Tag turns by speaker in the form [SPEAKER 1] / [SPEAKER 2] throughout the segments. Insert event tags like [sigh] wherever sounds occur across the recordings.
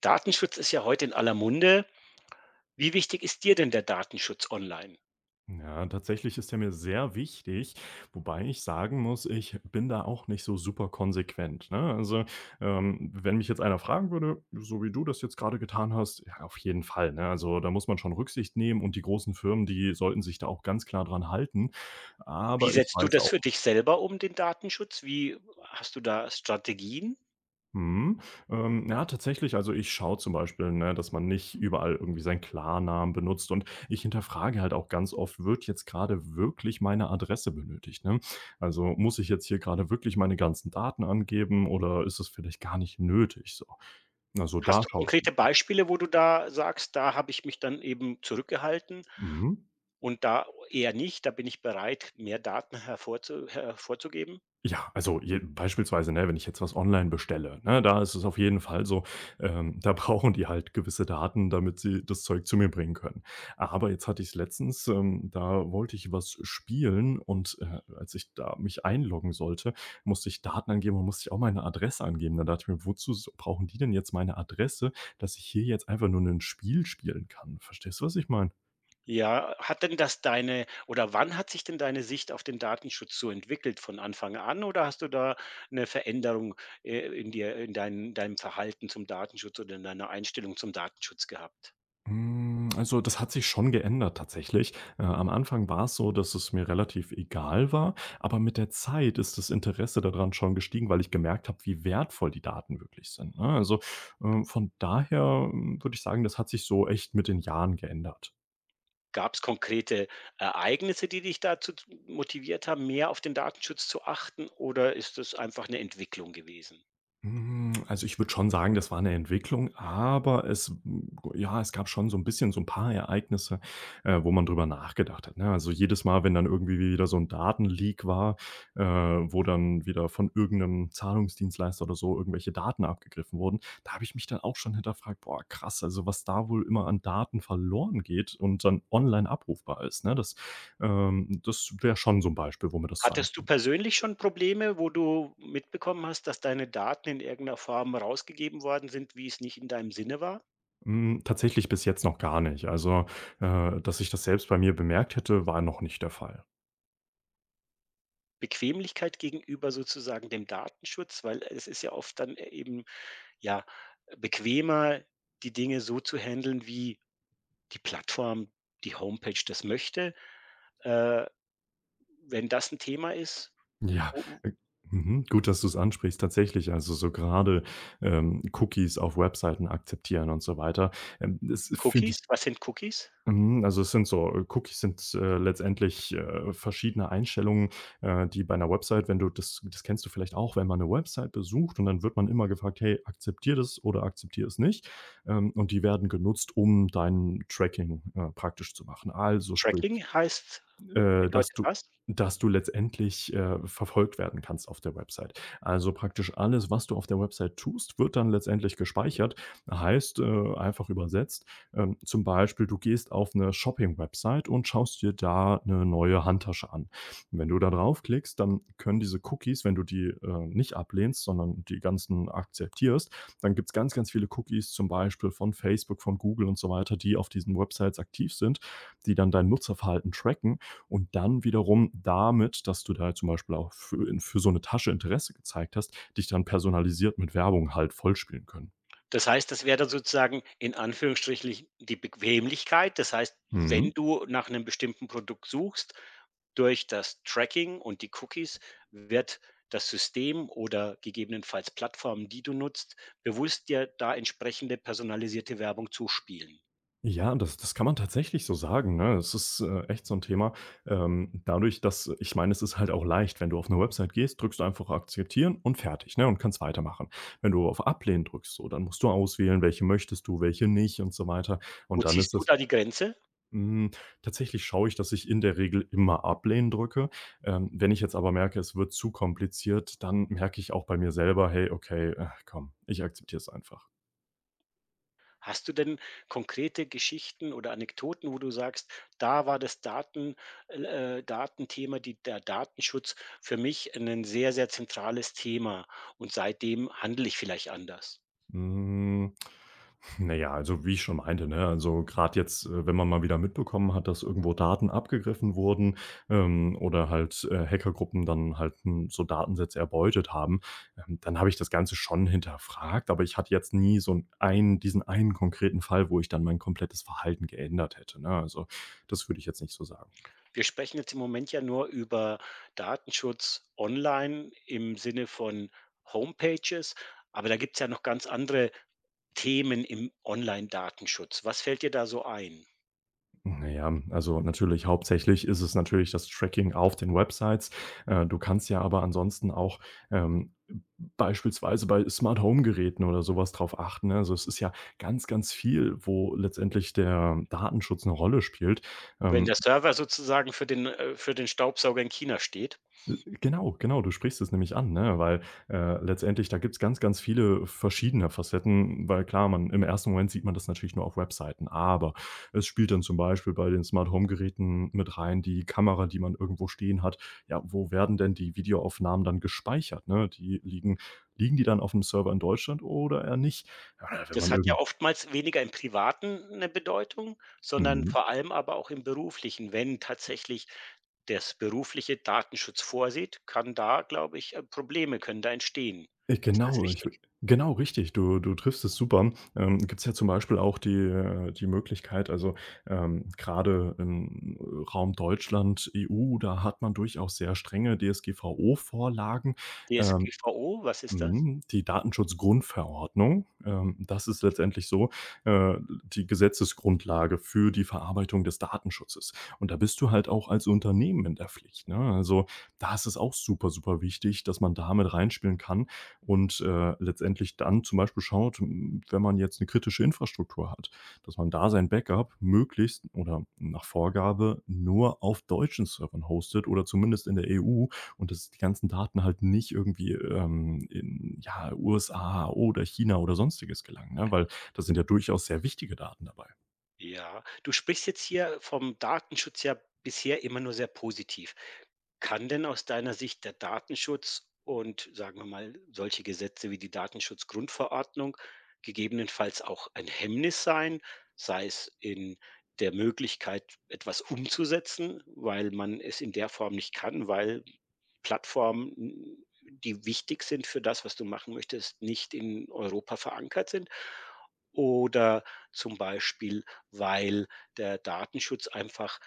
[SPEAKER 1] Datenschutz ist ja heute in aller Munde. Wie wichtig ist dir denn der Datenschutz online?
[SPEAKER 2] Ja, tatsächlich ist er mir sehr wichtig, wobei ich sagen muss, ich bin da auch nicht so super konsequent. Ne? Also, wenn mich jetzt einer fragen würde, so wie du das jetzt gerade getan hast, ja, auf jeden Fall. Ne? Also, da muss man schon Rücksicht nehmen und die großen Firmen, die sollten sich da auch ganz klar dran halten.
[SPEAKER 1] Wie
[SPEAKER 2] Aber ich
[SPEAKER 1] setzt du
[SPEAKER 2] weiß
[SPEAKER 1] das
[SPEAKER 2] auch.
[SPEAKER 1] für dich selber um, den Datenschutz? Wie hast du da Strategien?
[SPEAKER 2] Mhm. Ja, tatsächlich. Also ich schaue zum Beispiel, ne, dass man nicht überall irgendwie seinen Klarnamen benutzt, und ich hinterfrage halt auch ganz oft, wird jetzt gerade wirklich meine Adresse benötigt? Ne? Also muss ich jetzt hier gerade wirklich meine ganzen Daten angeben oder ist es vielleicht gar nicht nötig? So. Also da
[SPEAKER 1] Hast du
[SPEAKER 2] schaue
[SPEAKER 1] konkrete
[SPEAKER 2] ich.
[SPEAKER 1] Beispiele, wo du da sagst: „Da habe ich mich dann eben zurückgehalten
[SPEAKER 2] Mhm.
[SPEAKER 1] und da eher nicht, da bin ich bereit, mehr Daten hervorzugeben?“
[SPEAKER 2] Ja, also je beispielsweise, ne, wenn ich jetzt was online bestelle, ne, da ist es auf jeden Fall so, da [laughs] brauchen die halt gewisse Daten, damit sie das Zeug zu mir bringen können. Aber jetzt hatte ich es letztens, da wollte ich was spielen und, als ich da mich einloggen sollte, musste ich Daten angeben und musste ich auch meine Adresse angeben. Da dachte ich mir: „Wozu s brauchen die denn jetzt meine Adresse, dass ich hier jetzt einfach nur ein Spiel spielen kann?“ Verstehst du, was ich meine?
[SPEAKER 1] Ja, hat denn das deine oder wann hat sich denn deine Sicht auf den Datenschutz so entwickelt? Von Anfang an oder hast du da 'ne Veränderung, in dir in dein deinem Verhalten zum Datenschutz oder in deiner Einstellung zum Datenschutz gehabt?
[SPEAKER 2] Hm, also, das hat sich schon geändert tatsächlich. Am Anfang war es so, dass es mir relativ egal war, aber mit der Zeit ist das Interesse daran schon gestiegen, weil ich gemerkt habe, wie wertvoll die Daten wirklich sind, ne? Also, von daher, hm, würde ich sagen, das hat sich so echt mit den Jahren geändert.
[SPEAKER 1] Gab es konkrete Ereignisse, die dich dazu z motiviert haben, mehr auf den Datenschutz zu achten, oder ist das einfach eine Entwicklung gewesen?
[SPEAKER 2] Hm, also, ich würde schon sagen, das war eine Entwicklung, aber es hm, ja, es gab schon so ein bisschen so ein paar Ereignisse, wo man drüber nachgedacht hat, ne? Also, jedes Mal, wenn dann irgendwie wieder so ein Datenleak war, wo dann wieder von irgendeinem Zahlungsdienstleister oder so irgendwelche Daten abgegriffen wurden, da habe ich mich dann auch schon hinterfragt: „Boah, krass, also, was da wohl immer an Daten verloren geht und dann online abrufbar ist“, ne? Das wäre schon so ein Beispiel, wo mir das zu.
[SPEAKER 1] Hattest du persönlich schon Probleme, wo du mitbekommen hast, dass deine Daten in irgendeiner Form rausgegeben worden sind, wie es nicht in deinem Sinne war?
[SPEAKER 2] Hm, tatsächlich bis jetzt noch gar nicht. Also, dass ich das selbst bei mir bemerkt hätte, war noch nicht der Fall.
[SPEAKER 1] Bequemlichkeit gegenüber sozusagen dem Datenschutz, weil es ist ja oft dann eben, ja, bequemer, die Dinge so zu handeln, wie die Plattform, die Homepage das möchte. Äh, Wenn das ein Thema ist,
[SPEAKER 2] Ja,
[SPEAKER 1] wo
[SPEAKER 2] äh, mhm, gut, dass du es ansprichst. Tatsächlich, also so gerade Cookies auf Webseiten akzeptieren und so weiter, das finde
[SPEAKER 1] Cookies,
[SPEAKER 2] ich.
[SPEAKER 1] was sind Cookies?
[SPEAKER 2] Mhm, also es sind so Cookies sind, letztendlich, verschiedene Einstellungen, die bei einer Website, wenn du das kennst du vielleicht auch, wenn man eine Website besucht und dann wird man immer gefragt: „Hey, akzeptier das oder akzeptier es nicht.“ und die werden genutzt, um dein Tracking, praktisch zu machen. Also sprich
[SPEAKER 1] Tracking heißt
[SPEAKER 2] äh, dass
[SPEAKER 1] bedeutet
[SPEAKER 2] du
[SPEAKER 1] was?
[SPEAKER 2] dass du letztendlich, verfolgt werden kannst auf der Website. Also, praktisch alles, was du auf der Website tust, wird dann letztendlich gespeichert. Heißt, einfach übersetzt, zum Beispiel, du gehst auf eine Shopping-Website und schaust dir da eine neue Handtasche an. Wenn du da draufklickst, dann können diese Cookies, wenn du die, nicht ablehnst, sondern die ganzen akzeptierst, dann gibt's ganz, ganz viele Cookies, zum Beispiel von Facebook, von Google und so weiter, die auf diesen Websites aktiv sind, die dann dein Nutzerverhalten tracken und dann wiederum damit, dass du da zum Beispiel auch für in für so eine Tasche Interesse gezeigt hast, dich dann personalisiert mit Werbung halt vollspielen können.
[SPEAKER 1] Das heißt, das wäre dann sozusagen in Anführungsstrichen die Bequemlichkeit. Das heißt, wenn
[SPEAKER 2] Mhm.
[SPEAKER 1] du nach einem bestimmten Produkt suchst, durch das Tracking und die Cookies wird das System oder gegebenenfalls Plattformen, die du nutzt, bewusst dir da entsprechende personalisierte Werbung zuspielen.
[SPEAKER 2] Ja, das kann man tatsächlich so sagen, ne? Es ist, echt so ein Thema. Dadurch, dass ich meine, es ist halt auch leicht, wenn du auf eine Website gehst, drückst du einfach akzeptieren und fertig, ne, und kannst weitermachen. Wenn du auf Ablehnen drückst, so, dann musst du auswählen, welche möchtest du, welche nicht und so weiter.
[SPEAKER 1] Wo
[SPEAKER 2] Und dann
[SPEAKER 1] ziehst
[SPEAKER 2] ist
[SPEAKER 1] du
[SPEAKER 2] es.
[SPEAKER 1] da die Grenze?
[SPEAKER 2] Hm, tatsächlich schaue ich, dass ich in der Regel immer Ablehnen drücke. Wenn ich jetzt aber merke, es wird zu kompliziert, dann merke ich auch bei mir selber: „Hey, okay, komm, ich akzeptiere es einfach.“
[SPEAKER 1] Hast du denn konkrete Geschichten oder Anekdoten, wo du sagst: „Da war das l Datenthema, die der Datenschutz für mich ein sehr, sehr zentrales Thema und seitdem handle ich vielleicht anders?“
[SPEAKER 2] Hm, na ja, also, wie ich schon meinte, ne, also, gerade jetzt, wenn man mal wieder mitbekommen hat, dass irgendwo Daten abgegriffen wurden, oder halt, Hackergruppen dann halt 'n so Datensätze erbeutet haben, dann habe ich das Ganze schon hinterfragt, aber ich hatte jetzt nie so einen diesen einen konkreten Fall, wo ich dann mein komplettes Verhalten geändert hätte, ne? Also, das würde ich jetzt nicht so sagen.
[SPEAKER 1] Wir sprechen jetzt im Moment ja nur über Datenschutz online im Sinne von Homepages, aber da gibt es ja noch ganz andere Themen im Online-Datenschutz. Was fällt dir da so ein,
[SPEAKER 2] Na ja, also natürlich hauptsächlich ist es natürlich das Tracking auf den Websites. Du kannst ja aber ansonsten auch, ähm, beispielsweise bei Smart Home Geräten oder sowas was drauf achten, ne? Also, es ist ja ganz, ganz viel, wo letztendlich der Datenschutz eine Rolle spielt.
[SPEAKER 1] wenn
[SPEAKER 2] Ähm.
[SPEAKER 1] der Server sozusagen für den Staubsauger in China steht?
[SPEAKER 2] Genau, genau, du sprichst es nämlich an, ne? Weil, letztendlich da gibt's ganz, ganz viele verschiedene Facetten, weil klar, man im ersten Moment sieht man das natürlich nur auf Webseiten, aber es spielt dann zum Beispiel bei den Smart Home Geräten mit rein die Kamera, die man irgendwo stehen hat. Ja, wo werden denn die Videoaufnahmen dann gespeichert, ne? Die liegen liegen die dann auf dem Server in Deutschland oder eher nicht? Ja, wenn man
[SPEAKER 1] Das hat ja
[SPEAKER 2] irgend
[SPEAKER 1] oftmals weniger im Privaten eine Bedeutung, sondern
[SPEAKER 2] mhm.
[SPEAKER 1] vor allem aber auch im Beruflichen. Wenn tatsächlich das berufliche Datenschutz vorsieht, kann da, glaube ich, Probleme können da entstehen. Ist das
[SPEAKER 2] Genau, ich wü
[SPEAKER 1] richtig?
[SPEAKER 2] Genau, richtig. Du triffst es super. Gibt es ja zum Beispiel auch die die Möglichkeit also, grade im Raum Deutschland, EU, da hat man durchaus sehr strenge DSGVO-Vorlagen. Ähm.
[SPEAKER 1] DSGVO, was ist das?
[SPEAKER 2] Mhm, die Datenschutzgrundverordnung, das ist letztendlich so, äh, die Gesetzesgrundlage für die Verarbeitung des Datenschutzes. Und da bist du halt auch als Unternehmen in der Pflicht, ne? Also, da ist es auch super, super wichtig, dass man da mit reinspielen kann und, letztendlich dann zum Beispiel schaut, hm, wenn man jetzt eine kritische Infrastruktur hat, dass man da sein Backup möglichst oder nach Vorgabe nur auf deutschen Servern hostet oder zumindest in der EU, und dass die ganzen Daten halt nicht irgendwie, in, ja, USA oder China oder Sonstiges gelangen, ne? Weil das sind ja durchaus sehr wichtige Daten dabei.
[SPEAKER 1] Ja, du sprichst jetzt hier vom Datenschutz ja bisher immer nur sehr positiv. Kann denn aus deiner Sicht der Datenschutz und sagen wir mal solche Gesetze wie die Datenschutzgrundverordnung gegebenenfalls auch ein Hemmnis sein, sei es in der Möglichkeit, etwas umzusetzen, weil man es in der Form nicht kann, weil die wichtig sind für das, was du machen möchtest, nicht in Europa verankert sind? Oder zum Beispiel weil der Datenschutz einfach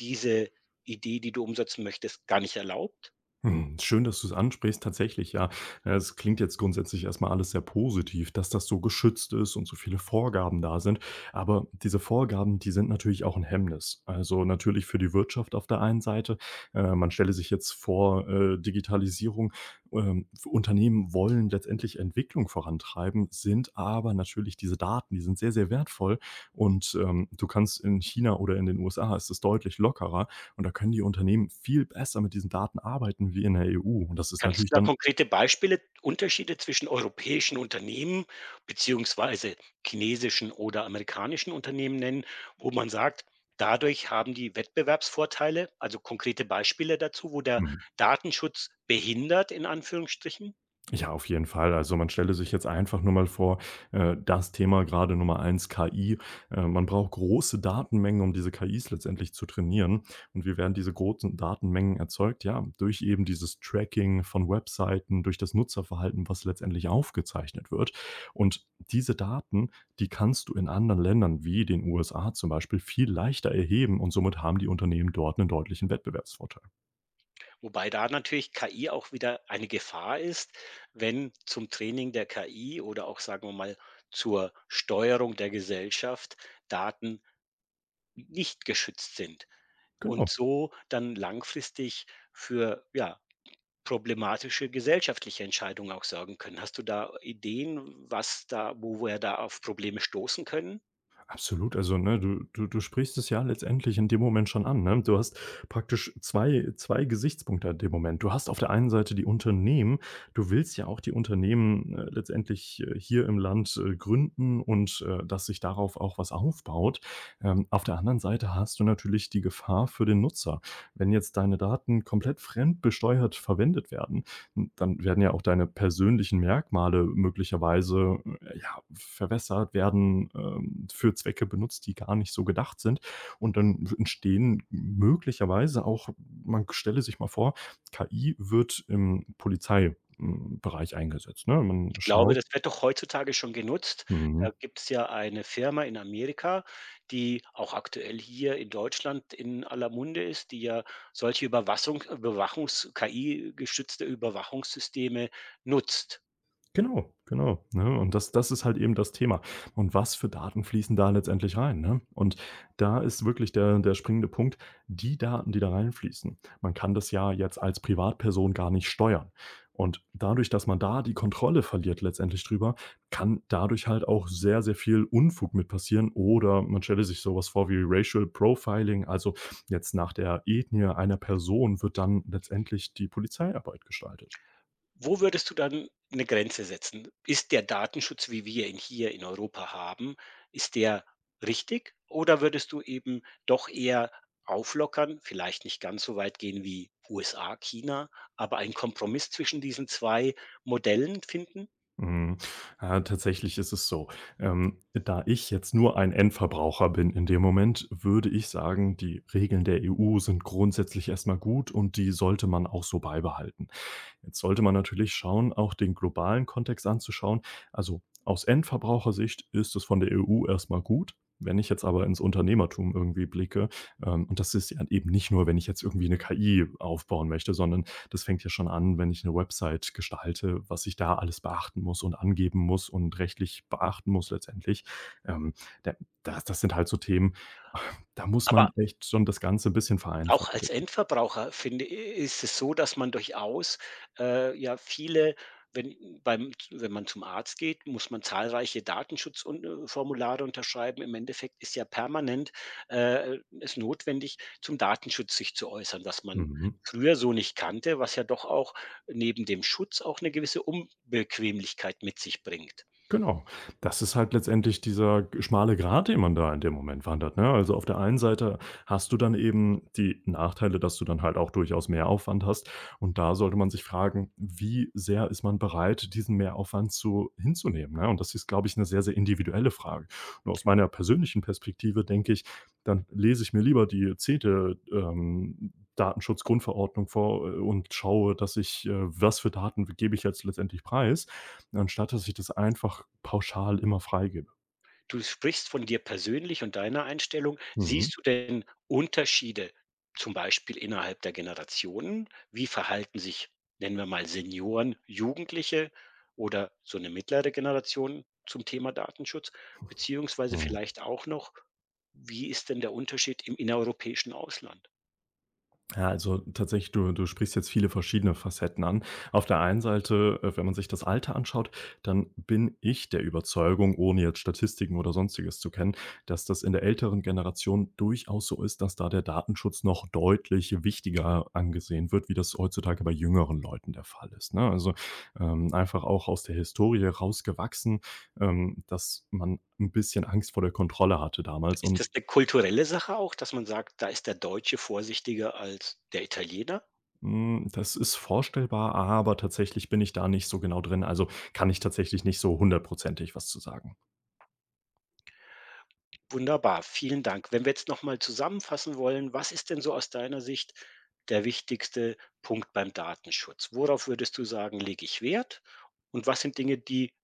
[SPEAKER 1] diese Idee, die du umsetzen möchtest, gar nicht erlaubt?
[SPEAKER 2] Hm, schön, dass du es ansprichst. Tatsächlich, ja. Ja, es klingt jetzt grundsätzlich erst mal alles sehr positiv, dass das so geschützt ist und so viele Vorgaben da sind. Aber diese Vorgaben, die sind natürlich auch ein Hemmnis. Also, natürlich für die Wirtschaft auf der einen Seite. Man stelle sich jetzt vor, Digitalisierung, Unternehmen wollen letztendlich Entwicklung vorantreiben, sind aber natürlich diese Daten, die sind sehr, sehr wertvoll und, du kannst in China oder in den USA ist es deutlich lockerer und da können die Unternehmen viel besser mit diesen Daten arbeiten wie in der EU. Und das ist
[SPEAKER 1] Kannst du
[SPEAKER 2] natürlich
[SPEAKER 1] da
[SPEAKER 2] dann
[SPEAKER 1] konkrete Beispiele Unterschiede zwischen europäischen Unternehmen beziehungsweise chinesischen oder amerikanischen Unternehmen nennen, wo man sagt, dadurch haben die Wettbewerbsvorteile, also konkrete Beispiele dazu, wo der
[SPEAKER 2] mhm.
[SPEAKER 1] Datenschutz behindert in Anführungsstrichen?
[SPEAKER 2] Ja, auf jeden Fall. Also, man stelle sich jetzt einfach nur mal vor, das Thema gerade Nummer 1 KI. Man braucht große Datenmengen, um diese KIs letztendlich zu trainieren. Und wie werden diese großen Datenmengen erzeugt? Ja, durch eben dieses Tracking von Webseiten, durch das Nutzerverhalten, was letztendlich aufgezeichnet wird. Und diese Daten, die kannst du in anderen Ländern wie den USA zum Beispiel viel leichter erheben und somit haben die Unternehmen dort einen deutlichen Wettbewerbsvorteil.
[SPEAKER 1] Wobei da natürlich KI auch wieder eine Gefahr ist, wenn zum Training der KI oder auch, sagen wir mal, zur Steuerung der Gesellschaft Daten nicht geschützt sind und
[SPEAKER 2] Genau.
[SPEAKER 1] so dann langfristig für ja, problematische gesellschaftliche Entscheidungen auch sorgen können. Hast du da Ideen, was da, wo wir da auf Probleme stoßen können?
[SPEAKER 2] Absolut, also, ne, du sprichst es ja letztendlich in dem Moment schon an, ne? Du hast praktisch zwei Gesichtspunkte in dem Moment. Du hast auf der einen Seite die Unternehmen. Du willst ja auch die Unternehmen, letztendlich, hier im Land, gründen und, dass sich darauf auch was aufbaut. Auf der anderen Seite hast du natürlich die Gefahr für den Nutzer. Wenn jetzt deine Daten komplett fremdbesteuert verwendet werden, dann werden ja auch deine persönlichen Merkmale möglicherweise, ja, verwässert, werden, für Zwecke benutzt, die gar nicht so gedacht sind. Und dann entstehen möglicherweise auch, man stelle sich mal vor, KI wird im Polizeibereich eingesetzt, ne? Man
[SPEAKER 1] Ich glaube,
[SPEAKER 2] schaut
[SPEAKER 1] das wird doch heutzutage schon genutzt.
[SPEAKER 2] mhm.
[SPEAKER 1] Da gibt es ja eine Firma in Amerika, die auch aktuell hier in Deutschland in aller Munde ist, die ja solche Überwassung Überwachungs KI-gestützte Überwachungssysteme nutzt.
[SPEAKER 2] Genau, genau, ne? Und das ist halt eben das Thema. Und was für Daten fließen da letztendlich rein, ne? Und da ist wirklich der springende Punkt, die Daten, die da reinfließen. Man kann das ja jetzt als Privatperson gar nicht steuern. Und dadurch, dass man da die Kontrolle verliert letztendlich drüber, kann dadurch halt auch sehr, sehr viel Unfug mit passieren, oder man stelle sich sowas vor wie Racial Profiling, also jetzt nach der Ethnie einer Person wird dann letztendlich die Polizeiarbeit gestaltet.
[SPEAKER 1] Wo würdest du dann eine Grenze setzen? Ist der Datenschutz, wie wir ihn hier in Europa haben, ist der richtig oder würdest du eben doch eher auflockern, vielleicht nicht ganz so weit gehen wie USA, China, aber einen Kompromiss zwischen diesen 2 Modellen finden,
[SPEAKER 2] Mhm. Ah, tatsächlich ist es so. Da ich jetzt nur ein Endverbraucher bin in dem Moment, würde ich sagen, die Regeln der EU sind grundsätzlich erstmal gut und die sollte man auch so beibehalten. Jetzt sollte man natürlich schauen, auch den globalen Kontext anzuschauen. Also aus Endverbrauchersicht ist es von der EU erst mal gut. Wenn ich jetzt aber ins Unternehmertum irgendwie blicke, und das ist ja eben nicht nur, wenn ich jetzt irgendwie 'ne KI aufbauen möchte, sondern das fängt ja schon an, wenn ich eine Website gestalte, was ich da alles beachten muss und angeben muss und rechtlich beachten muss letztendlich. Ähm, da das sind halt so Themen, da muss man
[SPEAKER 1] aber
[SPEAKER 2] echt schon das Ganze ein bisschen
[SPEAKER 1] auch
[SPEAKER 2] vereinfachen.
[SPEAKER 1] als Endverbraucher finde ist es so, dass man durchaus, ja, viele wenn man zum Arzt geht, muss man zahlreiche Datenschutzformulare unterschreiben. Im Endeffekt ist ja permanent, es notwendig, zum Datenschutz sich zu äußern, was man
[SPEAKER 2] Mhm.
[SPEAKER 1] früher so nicht kannte, was ja doch auch neben dem Schutz auch eine gewisse Unbequemlichkeit mit sich bringt.
[SPEAKER 2] Genau. Das ist halt letztendlich dieser schmale Grat, den man da in dem Moment wandert, ne? Also, auf der einen Seite hast du dann eben die Nachteile, dass du dann halt auch durchaus Mehraufwand hast, und da sollte man sich fragen, wie sehr ist man bereit, diesen Mehraufwand zu hinzunehmen, ne? Und das ist, glaube ich, eine sehr, sehr individuelle Frage. Und aus meiner persönlichen Perspektive denke ich, dann lese ich mir lieber die CeDe, Datenschutzgrundverordnung vor, und schaue, dass ich, was für Daten gebe ich jetzt letztendlich preis, anstatt dass ich das einfach pauschal immer freigebe.
[SPEAKER 1] Du sprichst von dir persönlich und deiner Einstellung.
[SPEAKER 2] Mhm.
[SPEAKER 1] Siehst du denn Unterschiede, zum Beispiel innerhalb der Generationen? Wie verhalten sich, nennen wir mal Senioren, Jugendliche oder so eine mittlere Generation zum Thema Datenschutz? Beziehungsweise
[SPEAKER 2] Ja.
[SPEAKER 1] vielleicht auch noch, wie ist denn der Unterschied im innereuropäischen Ausland?
[SPEAKER 2] Ja, also tatsächlich, du sprichst jetzt viele verschiedene Facetten an. Auf der einen Seite, wenn man sich das Alter anschaut, dann bin ich der Überzeugung, ohne jetzt Statistiken oder Sonstiges zu kennen, dass das in der älteren Generation durchaus so ist, dass da der Datenschutz noch deutlich wichtiger angesehen wird, wie das heutzutage bei jüngeren Leuten der Fall ist, ne? Also, einfach auch aus der Historie rausgewachsen, dass man ein bisschen Angst vor der Kontrolle hatte damals
[SPEAKER 1] Ist
[SPEAKER 2] und.
[SPEAKER 1] das eine kulturelle Sache auch, dass man sagt, da ist der Deutsche vorsichtiger als der Italiener?
[SPEAKER 2] Hm, das ist vorstellbar, aber tatsächlich bin ich da nicht so genau drin. Also, kann ich tatsächlich nicht so hundertprozentig was zu sagen.
[SPEAKER 1] Wunderbar, vielen Dank. Wenn wir jetzt noch mal zusammenfassen wollen, was ist denn so aus deiner Sicht der wichtigste Punkt beim Datenschutz? Worauf würdest du sagen, lege ich Wert? Und was sind Dinge, die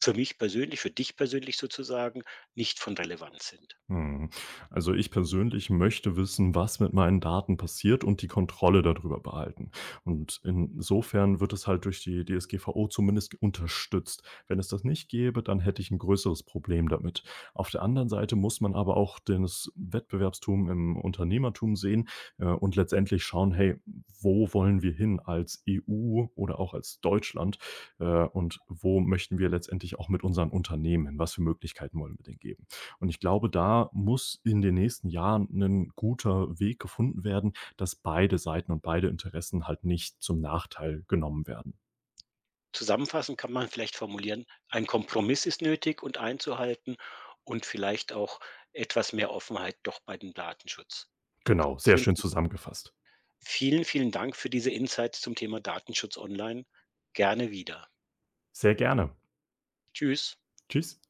[SPEAKER 1] für mich persönlich, für dich persönlich sozusagen, nicht von Relevanz sind?
[SPEAKER 2] Hm. Also ich persönlich möchte wissen, was mit meinen Daten passiert und die Kontrolle darüber behalten. Und insofern wird es halt durch die DSGVO zumindest unterstützt. Wenn es das nicht gäbe, dann hätte ich ein größeres Problem damit. Auf der anderen Seite muss man aber auch das Wettbewerbstum im Unternehmertum sehen, und letztendlich schauen, hey, wo wollen wir hin als EU oder auch als Deutschland, und wo möchten wir letztendlich auch mit unseren Unternehmen hin? Was für Möglichkeiten wollen wir denen geben? Und ich glaube, da muss in den nächsten Jahren ein guter Weg gefunden werden, dass beide Seiten und beide Interessen halt nicht zum Nachteil genommen werden.
[SPEAKER 1] Zusammenfassend kann man vielleicht formulieren, ein Kompromiss ist nötig und einzuhalten und vielleicht auch etwas mehr Offenheit doch bei dem Datenschutz.
[SPEAKER 2] Genau,
[SPEAKER 1] Könntest du
[SPEAKER 2] sehr
[SPEAKER 1] dem
[SPEAKER 2] schön
[SPEAKER 1] zustimmen?
[SPEAKER 2] zusammengefasst.
[SPEAKER 1] Vielen, vielen Dank für diese Insights zum Thema Datenschutz online. Gerne wieder.
[SPEAKER 2] Sehr gerne.
[SPEAKER 1] Tschüss.
[SPEAKER 2] Tschüss.